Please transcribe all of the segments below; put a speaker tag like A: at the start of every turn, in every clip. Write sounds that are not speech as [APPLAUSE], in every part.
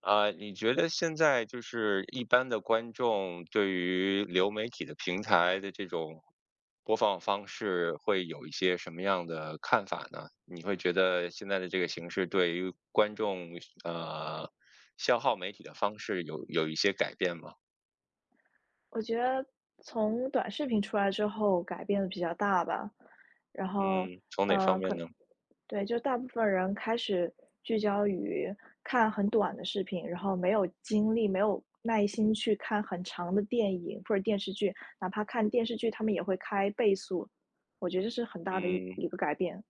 A: 啊，你觉得现在就是一般的观众对于流媒体的平台的这种播放方式会有一些什么样的看法呢？你会觉得现在的这个形式对于观众呃消耗媒体的方式有一些改变吗？
B: 我觉得从短视频出来之后改变的比较大吧，然后，
A: 嗯，从哪方
B: 呃，
A: 面
B: 可
A: 呢？
B: 对，就大部分人开始聚焦于看很短的视频，然后没有精力、没有耐心去看很长的电影或者电视剧，哪怕看电视剧，他们也会开倍速，我觉得这是很大的一
A: 嗯。
B: 一个改变。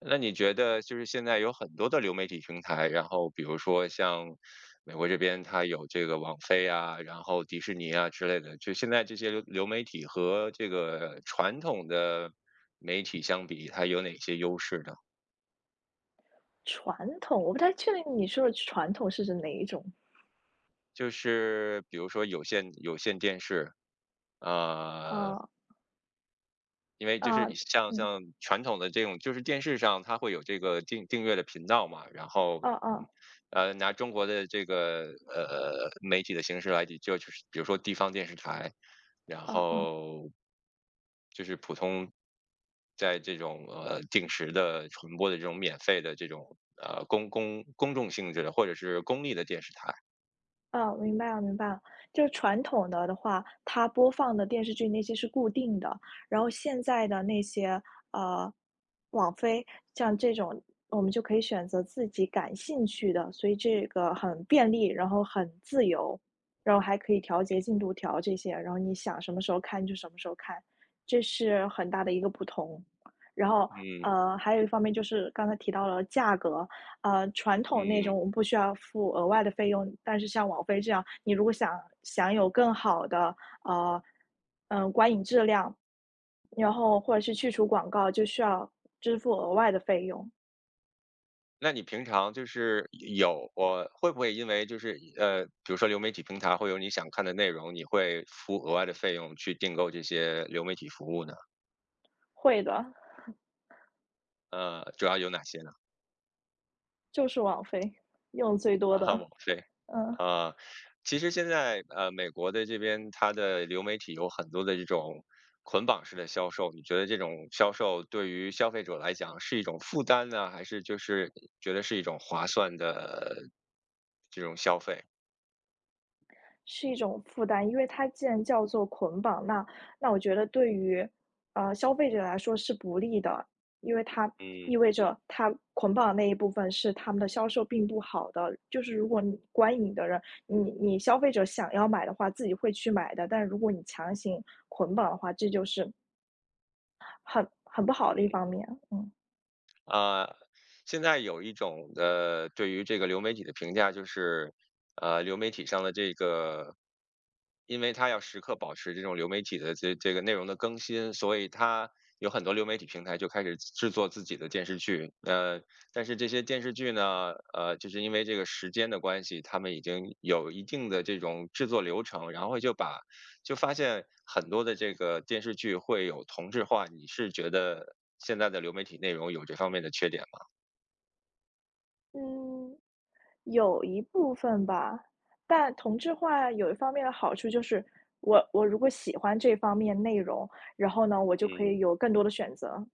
A: 那你觉得就是现在有很多的流媒体平台，然后比如说像美国这边，它有这个网飞啊，然后迪士尼啊之类的，就现在这些流媒体和这个传统的媒体相比，它有哪些优势呢？
B: 传统，我不太确定你说的传统是指哪一种？
A: 就是比如说有线电视，啊、
B: 哦，
A: 因为就
B: 啊，
A: 是像
B: 嗯，
A: 像传统的这种，就是电视上它会有这个订阅的频道嘛，然后
B: 哦哦，
A: 拿中国的这个媒体的形式来比，就是比如说地方电视台，然
B: 哦哦。
A: 后就是普通在这种定时的传播的这种免费的这种公众性质的或者是公立的电视台，
B: 哦，明白了，明白了。就传统的的话，它播放的电视剧那些是固定的，然后现在的那些呃，网飞像这种，我们就可以选择自己感兴趣的，所以这个很便利，然后很自由，然后还可以调节进度条这些，然后你想什么时候看就什么时候看，这是很大的一个不同。然后
A: 嗯
B: 还有一方面就是刚才提到了价格，呃，传统那
A: 嗯，
B: 种我们不需要付额外的费用，但是像网飞这样，你如果想享有更好的呃，嗯，观影质量，然后或者是去除广告，就需要支付额外的费用。
A: 那你平常就是有我会不会因为就是比如说流媒体平台会有你想看的内容，你会付额外的费用去订购这些流媒体服务呢？
B: 会的，
A: 主要有哪些呢？
B: 就是网飞，用最
A: [LAUGHS]
B: 多
A: 啊，网
B: 的，
A: 飞
B: 嗯。
A: 啊，其实现在美国的这边它的流媒体有很多的这种捆绑式的销售，你觉得这种销售对于消费者来讲是一种负担呢，还是就是觉得是一种划算的这种消费？
B: 是一种负担，因为它既然叫做捆绑，那那我觉得对于，消费者来说是不利的，因为它意
A: 嗯
B: 味着它捆绑的那一部分是他们的销售并不好的。就是如果你观影的人，你消费者想要买的话，自己会去买的，但如果你强行捆绑的话，这就是很不好的一
A: 嗯。
B: 方面，嗯。
A: 啊，现在有一种的对于这个流媒体的评价就是，流媒体上的这个，因为它要时刻保持这种流媒体的这个内容的更新，所以它有很多流媒体平台就开始制作自己的电视剧。但是这些电视剧呢，就是因为这个时间的关系，他们已经有一定的这种制作流程，然后就把就发现很多的这个电视剧会有同质化，你是觉得现在的流媒体内容有这方面的缺点吗？
B: 嗯，有一部分吧，但同质化有一方面的好处就是，我如果喜欢这方面内容，然后呢，我就可
A: 嗯。
B: 以有更多的选择。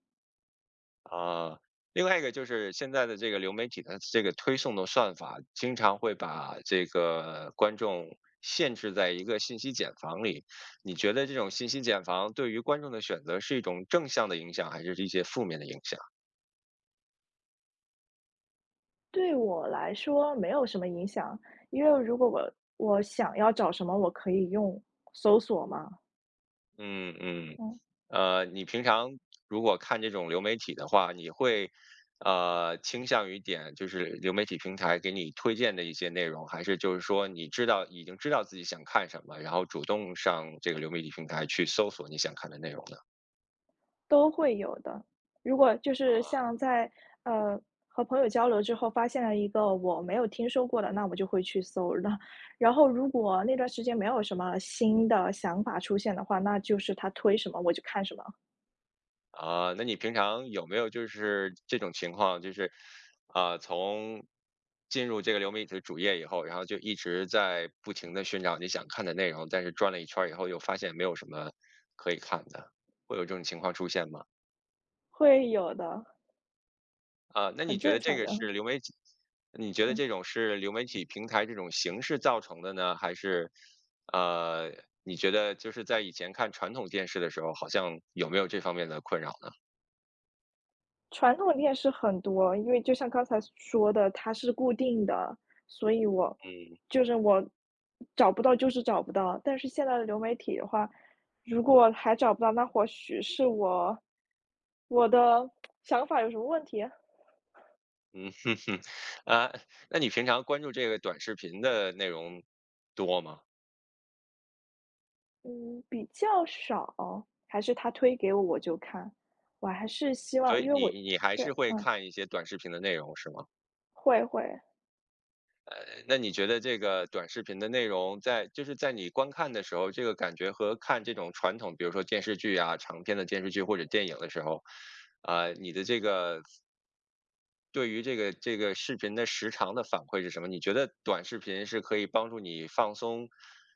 A: 啊，另外一个就是现在的这个流媒体的这个推送的算法，经常会把这个观众限制在一个信息茧房里。你觉得这种信息茧房对于观众的选择是一种正向的影响，还是一些负面的影响？
B: 对我来说没有什么影响，因为如果我想要找什么，我可以用搜索嘛。
A: 嗯嗯。
B: 嗯。
A: 你平常如果看这种流媒体的话，你会倾向于点就是流媒体平台给你推荐的一些内容，还是就是说你知道已经知道自己想看什么，然后主动上这个流媒体平台去搜索你想看的内容呢？
B: 都会有的。如果就是像在呃和朋友交流之后，发现了一个我没有听说过的，那我就会去搜的。然后如果那段时间没有什么新的想法出现的话，那就是他推什么我就看什么，
A: 啊，那你平常有没有就是这种情况，就是，啊，从进入这个流媒体主页以后，然后就一直在不停的寻找你想看的内容，但是转了一圈儿以后又发现没有什么可以看的，会有这种情况出现吗？
B: 会有的，
A: 啊，那你
B: 很
A: 觉
B: 正
A: 得这
B: 常
A: 个
B: 的。
A: 是流媒体你觉得
B: 嗯。
A: 这种是流媒体平台这种形式造成的呢？还是，呃，你觉得就是在以前看传统电视的时候，好像有没有这方面的困扰呢？
B: 传统店是很多，因为就像刚才说的，它是固定的，所以我
A: 嗯。
B: 就是我找不到就是找不到。但是现在的流媒体的话，如果还找不到，那或许是我的想法有什么问题啊？
A: 嗯哼哼，[LAUGHS] 啊，那你平常关注这个短视频的内容多吗？
B: 嗯，比较少，还是他推给我就看，我还是希
A: 所
B: 望，
A: 以
B: 因为我
A: 你还
B: 对，
A: 是会
B: 嗯，
A: 看一些短视频的内容是吗？
B: 会会。
A: 呃，那你觉得这个短视频的内容在就是在你观看的时候，这个感觉和看这种传统，比如说电视剧啊、长篇的电视剧或者电影的时候，啊，你的这个对于这个视频的时长的反馈是什么？你觉得短视频是可以帮助你放松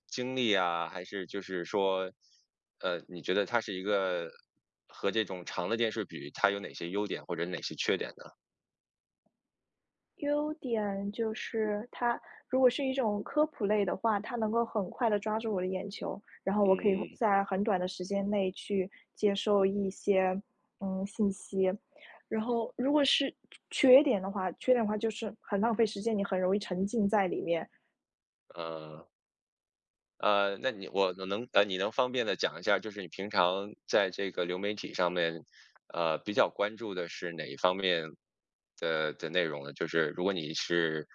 A: 精力啊，还是就是说，你觉得它是一个和这种长的电视比，它有哪些优点或者哪些缺点呢？
B: 优点就是它如果是一种科普类的话，它能够很快的抓住我的眼球，然后我可以
A: 嗯。
B: 在很短的时间内去接受一些，嗯，信息。然后如果是缺点的话就是很浪费时间，你很容易沉浸在里面，
A: 呃。那你我我能呃，你能方便的讲一下，就是你平常在这个流媒体上面，比较关注的是哪一方面的内容呢？就是如果你是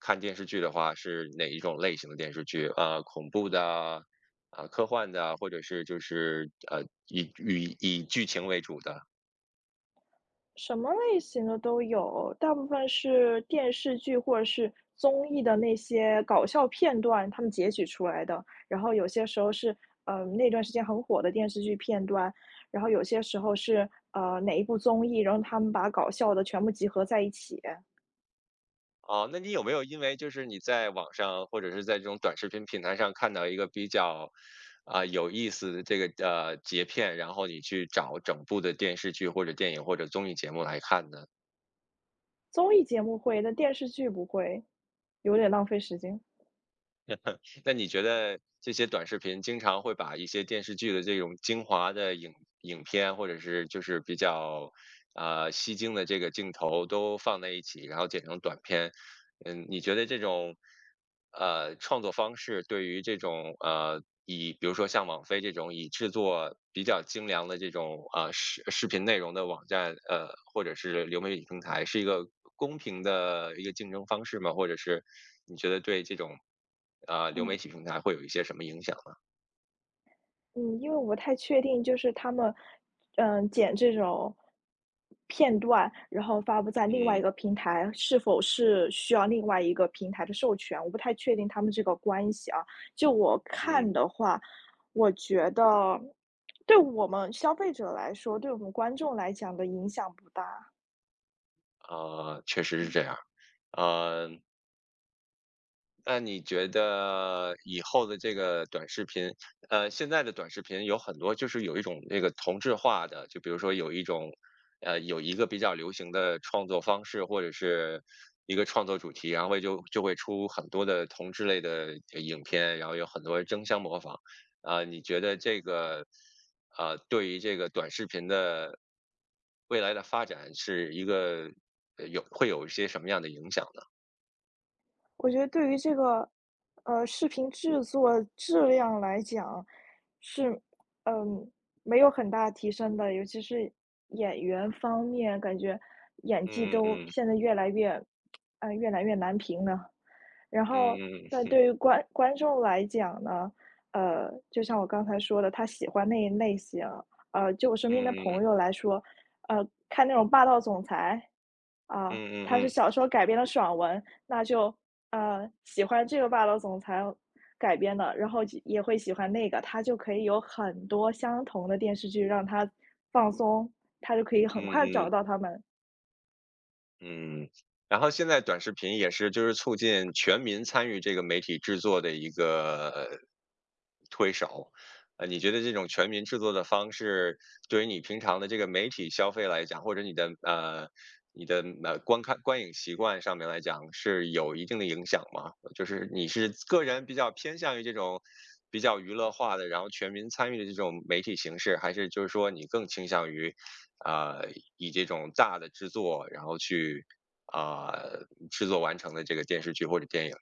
A: 看电视剧的话，是哪一种类型的电视剧？恐怖的啊，科幻的啊或者是就是以剧情为主的？
B: 什么类型的都有，大部分是电视剧或者是综艺的那些搞笑片段，他们截取出来的。然后有些时候是，呃，那段时间很火的电视剧片段，然后有些时候是，呃，哪一部综艺，然后他们把搞笑的全部集合在一起。
A: 哦，那你有没有因为就是你在网上或者是在这种短视频平台上看到一个比较，啊、有意思的这个截片，然后你去找整部的电视剧或者电影或者综艺节目来看呢？
B: 综艺节目会，但电视剧不会，有点浪费时间。
A: 那你觉得这些短视频经常会把一些电视剧的这种精华的影片或者是就是比较。啊、吸睛的这个镜头都放在一起，然后剪成短片，嗯，你觉得这种，创作方式对于这种以比如说像网飞这种以制作比较精良的这种视频内容的网站，或者是流媒体平台，是一个公平的一个竞争方式吗？或者是你觉得对这种流媒
B: 嗯。
A: 体平台会有一些什么影响呢？
B: 嗯，因为我不太确定，就是他们，嗯，剪这种片段，然后发布在另外一
A: 嗯
B: 个平台，是否是需要另外一个平台的授权？我不太确定他们这个关系啊。就我看
A: 嗯，
B: 的话，我觉得对我们消费者来说，对我们观众来讲的影响不大。
A: 确实是这样。呃，那你觉得以后的这个短视频，现在的短视频有很多就是有一种那个同质化的，就比如说有一种，有一个比较流行的创作方式或者是一个创作主题，然后会就会出很多的同质类的影片，然后有很多争相模仿。啊、你觉得这个，对于这个短视频的未来的发展是一个会有一些什么样的影响呢？
B: 我觉得对于这个，视频制作质量来讲，是，嗯，没有很大提升的，尤其是演员方面，感觉演技
A: 嗯
B: 都
A: 嗯
B: 现在越来越，越来越难评了。然后
A: 嗯
B: 那
A: 嗯。
B: 对于观观众来讲呢，就像我刚才说的，他喜欢那一类型。呃，就我身边的
A: 嗯
B: 朋友来说，看那种霸道总裁，啊，
A: 嗯
B: 他
A: 嗯
B: 是
A: 嗯
B: 小说改编的爽文，那就喜欢这个霸道总裁改编的，然后就也会喜欢那个，他就可以有很多相同的电视剧让他放松，他就可以很
A: 嗯
B: 快找
A: 嗯
B: 到他们
A: 嗯，然后现在短视频也是就是促进全民参与这个媒体制作的一个推手，你觉得这种全民制作的方式，对于你平常的这个媒体消费来讲，或者你的观影习惯上面来讲，是有一定的影响吗？就是你是个人比较偏向于这种比较娱乐化的，然后全民参与的这种媒体形式，还是就是说你更倾向于啊、以这种大的制作，然后去啊、制作完成的这个电视剧或者电影。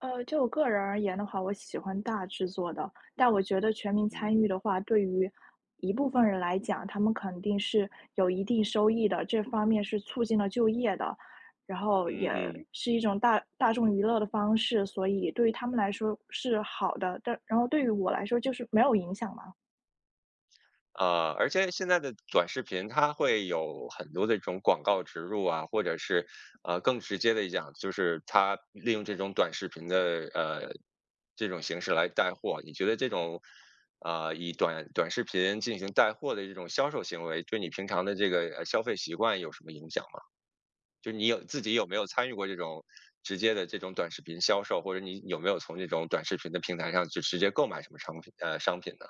B: 就我个人而言的话，我喜欢大制作的，但我觉得全民
A: 嗯
B: 参与的话，对于一部分人来讲，他们肯定是有一定收益的，这方面是促进了就业的，然后
A: 嗯
B: 也
A: 嗯，
B: 是一种大大众娱乐的方式，所以对于他们来说是好的，但然后对于我来说就是没有影响嘛，
A: 啊，而且现在的短视频它会有很多的这种广告植入啊，或者是更直接的讲，就是它利用这种短视频的呃这种形式来带货。你觉得这种啊以短视频进行带货的这种销售行为，对你平常的这个消费习惯有什么影响就你有自己有没有参与过这种直接的这种短视频销售，或者你有没有从这种短视频的平台上就直接购买什么商品商品呢？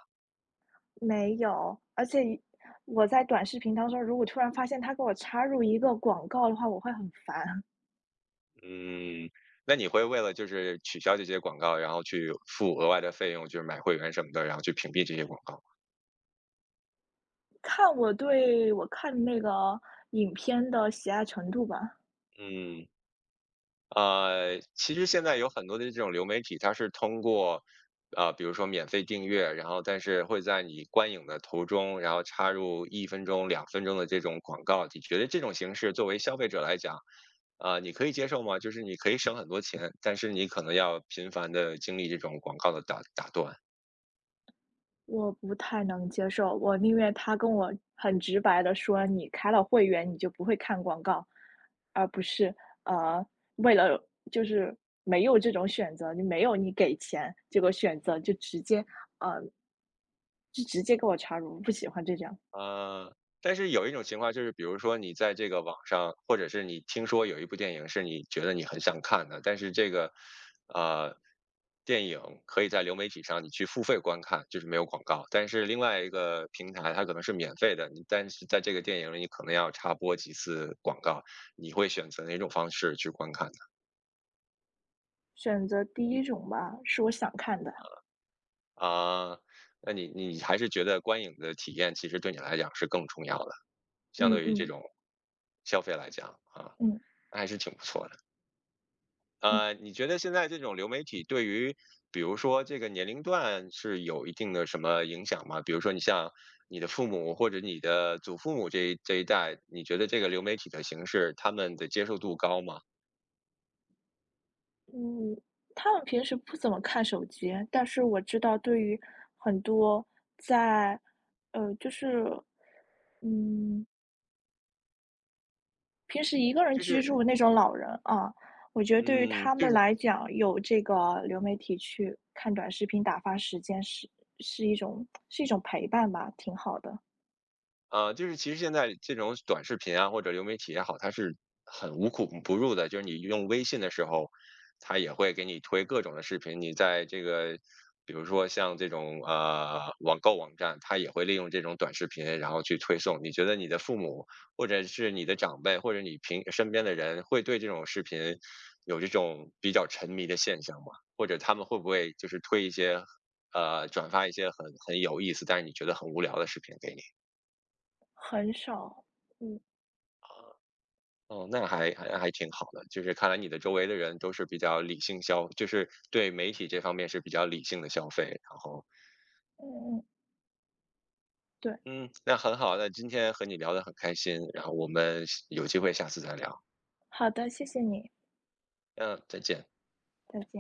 B: 没有，而且我在短视频当中，如果突然发现他给我插入一个广告的话，我会很烦。
A: 嗯。那你会为了就是取消这些广告，然后去付额外的费用，就是买会员什么的，然后去屏蔽这些广告吗？
B: 看我看那个影片的喜爱程度吧，
A: 嗯，其实现在有很多的这种流媒体，它是通过，比如说免费订阅，然后但是会在你观影的途中，然后插入1分钟、2分钟的这种广告。你觉得这种形式作为消费者来讲，你可以接受吗？就是你可以省很多钱，但是你可能要频繁的经历这种广告的打断。
B: 我不太能接受，我宁愿他跟我很直白的说：“你开了会员，你就不会看广告。”而不是，呃，为了就是没有这种选择，你没有你给钱这个选择，就直接，呃就直接给我插入，我不喜欢这样。
A: 呃，但是有一种情况就是，比如说你在这个网上，或者是你听说有一部电影是你觉得你很想看的，但是这个，呃，电影可以在流媒体上你去付费观看，就是没有广告。但是另外一个平台它可能是免费的，你但是在这个电影里你可能要插播几次广告，你会选择哪种方式去观看呢？
B: 选择第一种吧，是我想看的，
A: 啊、那你还是觉得观影的体验其实对你来讲是更重要的，相
B: 嗯
A: 对于这
B: 嗯，
A: 种消费来讲啊。
B: 嗯
A: 那还是挺不错的。
B: 嗯。
A: 你觉得现在这种流媒体对于，比如说这个年龄段是有一定的什么影响吗？比如说你像你的父母或者你的祖父母这一代，你觉得这个流媒体的形式，他们的接受度高吗？
B: 嗯，他们平时不怎么看手机，但是我知道对于很多在，呃，就是，嗯，平时一个人
A: 就
B: 居住
A: 是，
B: 的那种老人啊，我觉得对于
A: 嗯，
B: 他
A: 就
B: 们
A: 是
B: 来讲，有这个流媒体去看短视频打发时间是是一种陪伴吧，挺好的。
A: 就是其实现在这种短视频啊，或者流媒体也好，它是很无孔不入的。就是你用微信的时候，它也会给你推各种的视频。你在这个，比如说像这种网购网站，它也会利用这种短视频，然后去推送。你觉得你的父母，或者是你的长辈，或者你平身边的人，会对这种视频有这种比较沉迷的现象吗？或者他们会不会就是推一些转发一些很有意思，但是你觉得很无聊的视频给你？
B: 很少，嗯
A: 哦，那还挺好的，就是看来你的周围的人都是比较理性消就是对媒体这方面是比较理性的消费，然后，
B: 嗯嗯，对，
A: 嗯，那很好，那今天和你聊得很开心，然后我们有机会下次再聊，
B: 好的，谢谢你，
A: 嗯，再见。
B: 再见。